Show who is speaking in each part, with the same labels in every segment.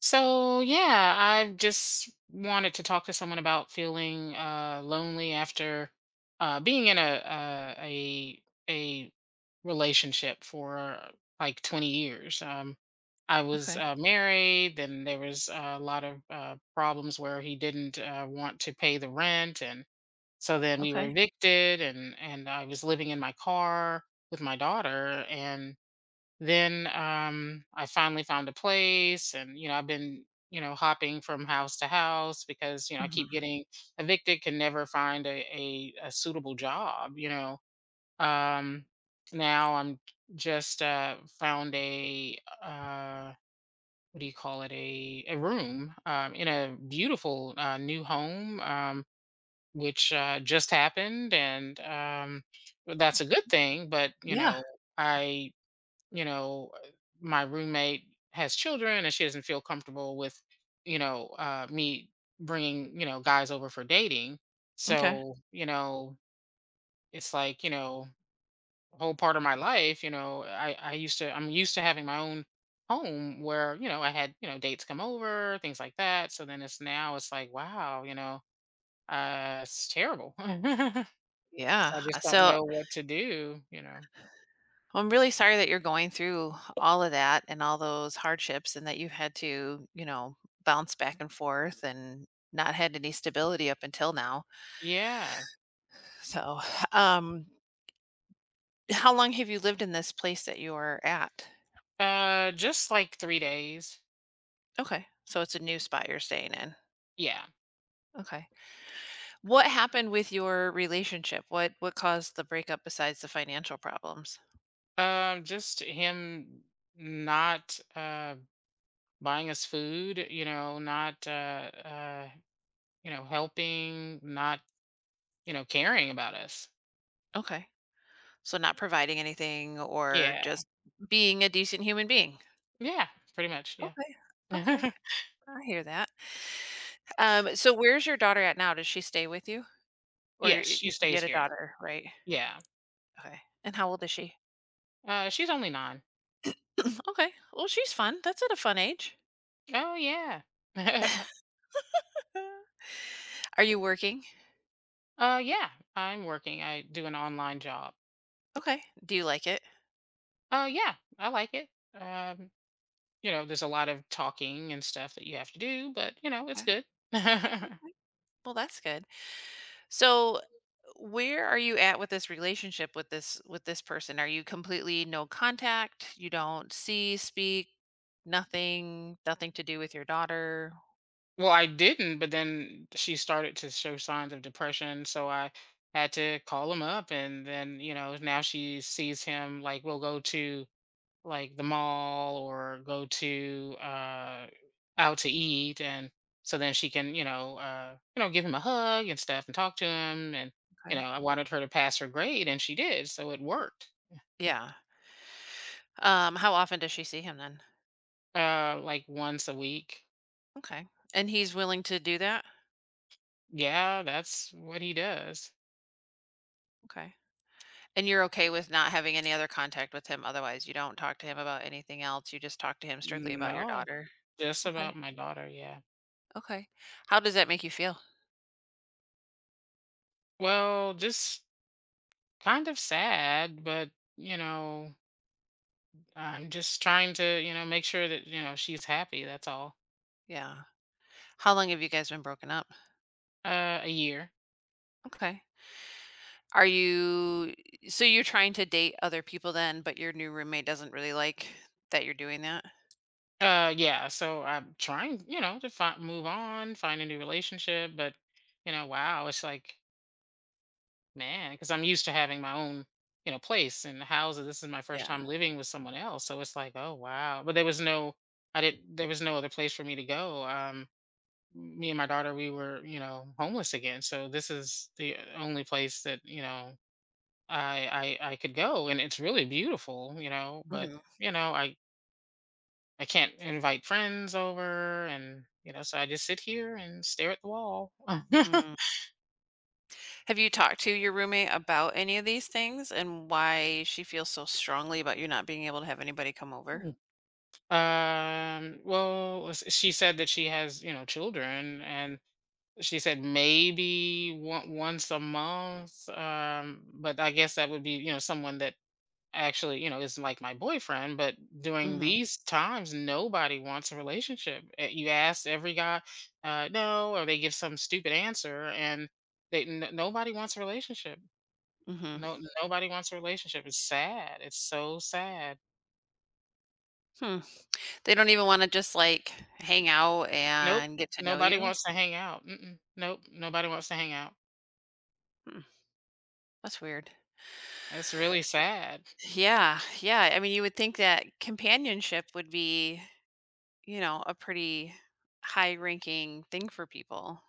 Speaker 1: So yeah, I just wanted to talk to someone about feeling lonely after being in a relationship for like 20 years. I was
Speaker 2: Okay.
Speaker 1: married, and there was a lot of problems where he didn't want to pay the rent, and so then we were
Speaker 2: Okay.
Speaker 1: evicted, and I was living in my car with my daughter, then I finally found a place, and I've been hopping from house to house because I keep
Speaker 2: Mhm.
Speaker 1: getting evicted, can never find a suitable job. Um, now I'm just found a what do you call it a room in a beautiful new home. Which just happened, and that's a good thing. But
Speaker 2: Yeah.
Speaker 1: I, you know, uh, my roommate has children and she doesn't feel comfortable with, me bringing, guys over for dating.
Speaker 2: Okay.
Speaker 1: So, it's like, a whole part of my life, I'm used to having my own home where, I had, dates come over, things like that. So then it's now it's like, wow, it's terrible. So I
Speaker 2: Yeah. Uh,
Speaker 1: just don't
Speaker 2: So
Speaker 1: know what to do.
Speaker 2: I'm really sorry that you're going through all of that and all those hardships and that you've had to, bounce back and forth and not had any stability up until now.
Speaker 1: Yeah.
Speaker 2: So, um, how long have you lived in this place that you're at?
Speaker 1: Just like 3 days.
Speaker 2: Okay. So it's a new spot you're staying in.
Speaker 1: Yeah.
Speaker 2: Okay. What happened with your relationship? What caused the breakup besides the financial problems?
Speaker 1: Just him not buying us food, not helping, not, caring about us.
Speaker 2: Okay. So not providing anything or
Speaker 1: Yeah.
Speaker 2: just being a decent human being.
Speaker 1: Yeah, pretty much, yeah.
Speaker 2: Okay. Okay. I hear that. So where's your daughter at now? Does she stay with you? Or
Speaker 1: Yes,
Speaker 2: y-
Speaker 1: she
Speaker 2: you said you
Speaker 1: stays
Speaker 2: had a
Speaker 1: here.
Speaker 2: daughter, right?
Speaker 1: Yeah.
Speaker 2: Okay. And how old is she?
Speaker 1: She's only 9.
Speaker 2: Okay. Well, she's fun. That's at a fun age.
Speaker 1: Oh yeah.
Speaker 2: Uh, Are you working?
Speaker 1: Yeah, I'm working. I do an online job.
Speaker 2: Okay. Do you like it?
Speaker 1: Yeah, I like it. Um, there's a lot of talking and stuff that you have to do, but
Speaker 2: Okay.
Speaker 1: it's good.
Speaker 2: Well, that's good. So where are you at with this relationship with this person? Are you completely no contact? You don't see, speak, nothing, nothing to do with your daughter?
Speaker 1: Well, I didn't, but then she started to show signs of depression, so I had to call him up and then, now she sees him like we'll go to like the mall or go to out to eat, and so then she can, give him a hug and stuff and talk to him, and
Speaker 2: Okay.
Speaker 1: I wanted her to pass her grade, and she did, so it worked.
Speaker 2: Yeah. How often does she see him then?
Speaker 1: Like once a week.
Speaker 2: Okay. And he's willing to do that?
Speaker 1: Yeah, that's what he does.
Speaker 2: Okay. And you're okay with not having any other contact with him otherwise. You don't talk to him about anything else. You just talk to him strictly about your
Speaker 1: No.
Speaker 2: daughter.
Speaker 1: Just
Speaker 2: Okay.
Speaker 1: about my daughter, yeah.
Speaker 2: Okay. How does that make you feel?
Speaker 1: Well, just kind of sad, but you know, I'm just trying to, make sure that, she's happy, that's all.
Speaker 2: Yeah. How long have you guys been broken up?
Speaker 1: A year.
Speaker 2: Okay. Are you so you're trying to date other people then, but your new roommate doesn't really like that you're doing that?
Speaker 1: Yeah, so I'm trying, to move on, find a new relationship, but wow, it's like, man, cuz I'm used to having my own, place and house. And this is my first
Speaker 2: Yeah.
Speaker 1: time living with someone else, so it's like, oh wow. But there was no, I didn't, there was no other place for me to go. Me and my daughter, we were homeless again, so this is the only place that I could go, and it's really beautiful, but
Speaker 2: Mhm.
Speaker 1: you know i I can't invite friends over, and so I just sit here and stare at the wall.
Speaker 2: Mm. Have you talked to your roommate about any of these things and why she feels so strongly about you not being able to have anybody come over?
Speaker 1: Well, she said that she has, children, and she said maybe once a month, but I guess that would be someone that actually, is like my boyfriend, but during
Speaker 2: Mhm.
Speaker 1: these times, nobody wants a relationship. You ask every guy, no, or they give some stupid answer, and nobody wants a relationship.
Speaker 2: Mhm.
Speaker 1: No, nobody wants a relationship. It's sad. It's so sad.
Speaker 2: Hmm. They don't even wanna just, like, hang out
Speaker 1: Nope,
Speaker 2: and get to know
Speaker 1: nobody
Speaker 2: you?
Speaker 1: wants to hang out. Mm-mm. Nope, nobody wants to hang out.
Speaker 2: Hmm, that's weird.
Speaker 1: It's really sad.
Speaker 2: Yeah, yeah. I mean, you would think that companionship would be, a pretty high ranking thing for people.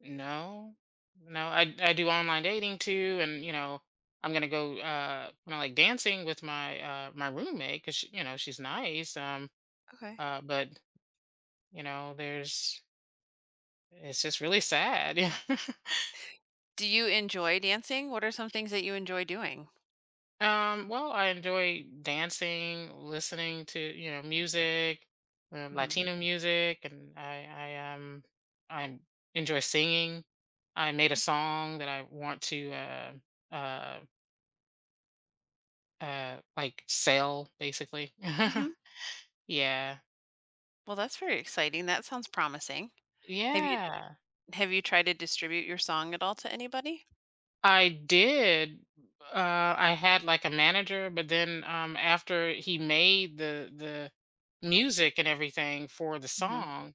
Speaker 1: No, no, I do online dating too, and I'm gonna go kind of like dancing with my roommate because she's nice. Um,
Speaker 2: Okay.
Speaker 1: uh, but there's it's just really sad.
Speaker 2: Do you enjoy dancing? What are some things that you enjoy doing?
Speaker 1: Well, I enjoy dancing, listening to music,
Speaker 2: Hmm.
Speaker 1: Latino music, and I um I enjoy singing. I made a song that I want to uh like sale basically.
Speaker 2: Hmm.
Speaker 1: Yeah.
Speaker 2: Well, that's very exciting. That sounds promising. Have you
Speaker 1: Yeah.
Speaker 2: have you tried to distribute your song at all to anybody?
Speaker 1: I did. Uh, I had like a manager, but then after he made the music and everything for the
Speaker 2: Hmm.
Speaker 1: song,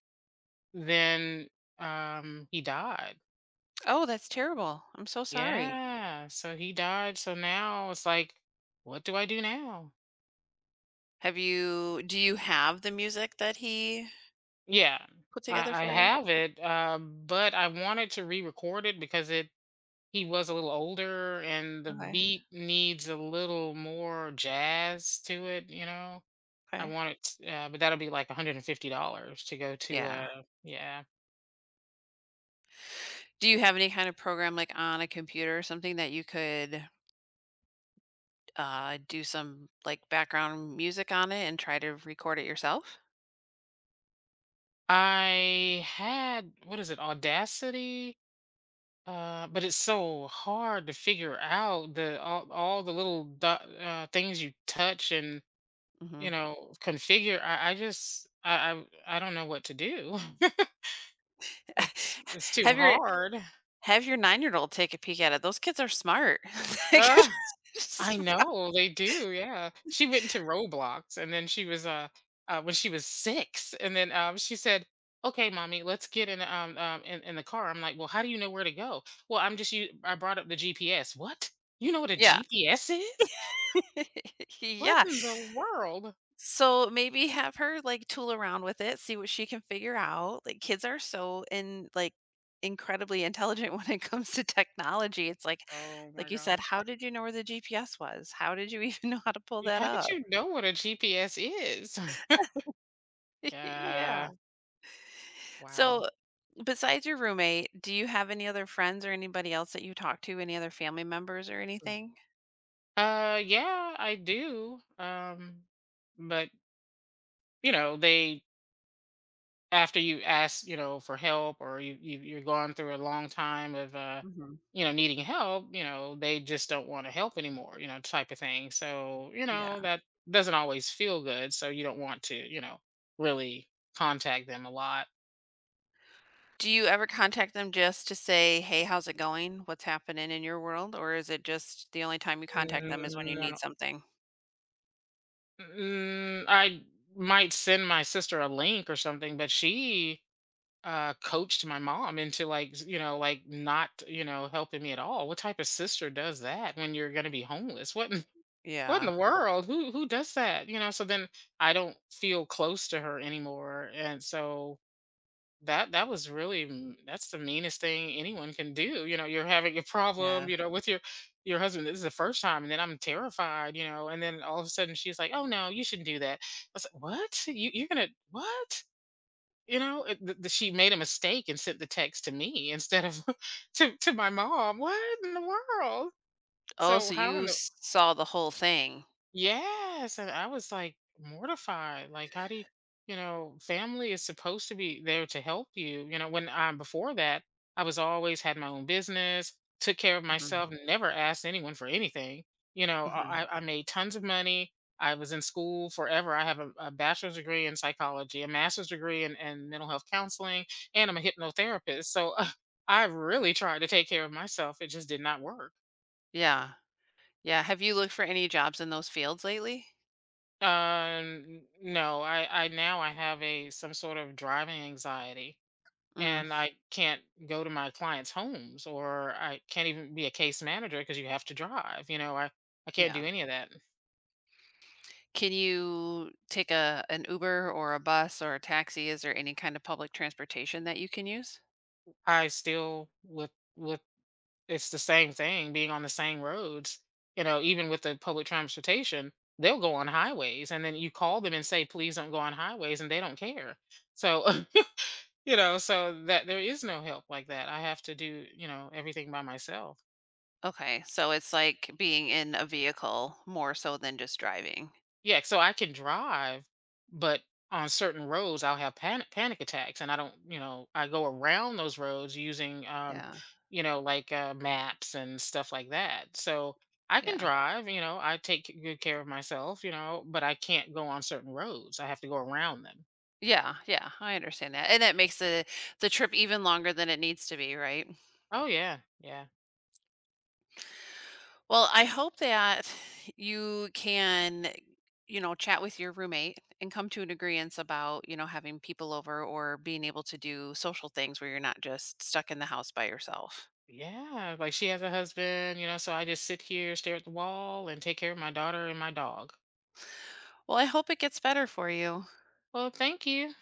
Speaker 1: then he died.
Speaker 2: Oh, that's terrible. I'm so sorry.
Speaker 1: Yeah. So he died. So now it's like, what do I do now?
Speaker 2: Have you do you have the music that he
Speaker 1: Yeah.
Speaker 2: put together
Speaker 1: I
Speaker 2: for you?
Speaker 1: have it, but I wanted to re-record it because it he was a little older, and the
Speaker 2: Okay.
Speaker 1: beat needs a little more jazz to it. I
Speaker 2: Okay.
Speaker 1: want it, but that'll be like $150 to go to
Speaker 2: Yeah.
Speaker 1: yeah.
Speaker 2: Do you have any kind of program, like, on a computer or something that you could, do some, like, background music on it and try to record it yourself?
Speaker 1: I had, what is it, Audacity, but it's so hard to figure out all the little things you touch and
Speaker 2: Mhm.
Speaker 1: configure. I, I just I, I i don't know what to do. it's it's too
Speaker 2: Have your
Speaker 1: hard.
Speaker 2: have your nine-year-old take a peek at it. Those kids are smart. They could
Speaker 1: I
Speaker 2: just-
Speaker 1: know they do. Yeah, she went into Roblox, and then she was when she was 6, and then she said, "Okay, mommy, let's get in in the car." I'm like, "Well, how do you know where to go?" Well, I'm just you. I brought up the GPS. What? You know what a
Speaker 2: Yeah.
Speaker 1: GPS is? What
Speaker 2: Yeah.
Speaker 1: in the world?
Speaker 2: So maybe have her like tool around with it, see what she can figure out. Like kids are so in like incredibly intelligent when it comes to technology. It's like
Speaker 1: Oh
Speaker 2: like
Speaker 1: my
Speaker 2: you said,
Speaker 1: gosh!
Speaker 2: how did you know where the GPS was? How did you even know how to pull that
Speaker 1: How did
Speaker 2: up?
Speaker 1: you know what a GPS is?
Speaker 2: Yeah.
Speaker 1: Yeah.
Speaker 2: So
Speaker 1: Wow.
Speaker 2: besides your roommate, do you have any other friends or anybody else that you talk to, any other family members or anything?
Speaker 1: Yeah, I do. But they, after you ask, for help, or you're going through a long time of
Speaker 2: Mhm.
Speaker 1: needing help, they just don't want to help anymore, type of thing. So,
Speaker 2: Yeah.
Speaker 1: that doesn't always feel good. So you don't want to, really contact them a lot.
Speaker 2: Do you ever contact them just to say, "Hey, how's it going? What's happening in your world?" Or is it just the only time you contact them is when you need
Speaker 1: No.
Speaker 2: something?
Speaker 1: I might send my sister a link or something, but she coached my mom into like like not helping me at all. What type of sister does that when you're going to be homeless? What? What in
Speaker 2: Yeah,
Speaker 1: the world? Who does that? You know, so then I don't feel close to her anymore. And so that's the meanest thing anyone can do. You know, you're having a
Speaker 2: yeah.
Speaker 1: problem, with your husband. This is the first time, and then I'm terrified, and then all of a sudden she's like, "Oh no, you shouldn't do that." I was like, "What? You're gonna what?" You know, she made a mistake and sent the text to me instead of to my mom. What in the world?
Speaker 2: Oh,
Speaker 1: So
Speaker 2: so
Speaker 1: how in
Speaker 2: you
Speaker 1: the—
Speaker 2: s saw the whole thing.
Speaker 1: Yes, and I was like mortified. Like, how do you, family is supposed to be there to help you. You know, when I before that, I was always had my own business, took care of
Speaker 2: Mhm,
Speaker 1: myself, never asked anyone for anything. You know,
Speaker 2: mhm.
Speaker 1: I made tons of money. I was in school forever. I have a bachelor's degree in psychology, a master's degree in mental health counseling, and I'm a hypnotherapist. So I really tried to take care of myself. It just did not work.
Speaker 2: Yeah, yeah. Have you looked for any jobs in those fields lately?
Speaker 1: No, I now I have a some sort of driving anxiety,
Speaker 2: Mm,
Speaker 1: and I can't go to my clients' homes, or I can't even be a case manager because you have to drive. You know, I can't
Speaker 2: yeah.
Speaker 1: do any of that.
Speaker 2: Can you take a an Uber or a bus or a taxi? Is there any kind of public transportation that you can use?
Speaker 1: I still with it's the same thing being on the same roads. You know, even with the public transportation, they'll go on highways, and then you call them and say, "Please don't go on highways," and they don't care. So so that there is no help like that. I have to do everything by myself.
Speaker 2: Okay, so it's like being in a vehicle more so than just driving.
Speaker 1: Yeah, so I can drive, but on certain roads I'll have panic attacks, and I don't, you know, I go around those roads using,
Speaker 2: Yeah,
Speaker 1: maps and stuff like that. So I can
Speaker 2: yeah.
Speaker 1: drive, I take good care of myself, but I can't go on certain roads. I have to go around them.
Speaker 2: Yeah, yeah, I understand that. And that makes the trip even longer than it needs to be, right?
Speaker 1: Oh yeah, yeah,
Speaker 2: Well, I hope that you can, chat with your roommate and come to an agreement about, having people over or being able to do social things where you're not just stuck in the house by yourself.
Speaker 1: yeah. Like she has a husband, so I just sit here, stare at the wall, and take care of my daughter and my dog.
Speaker 2: Well, I hope it gets better for you.
Speaker 1: Well, thank you.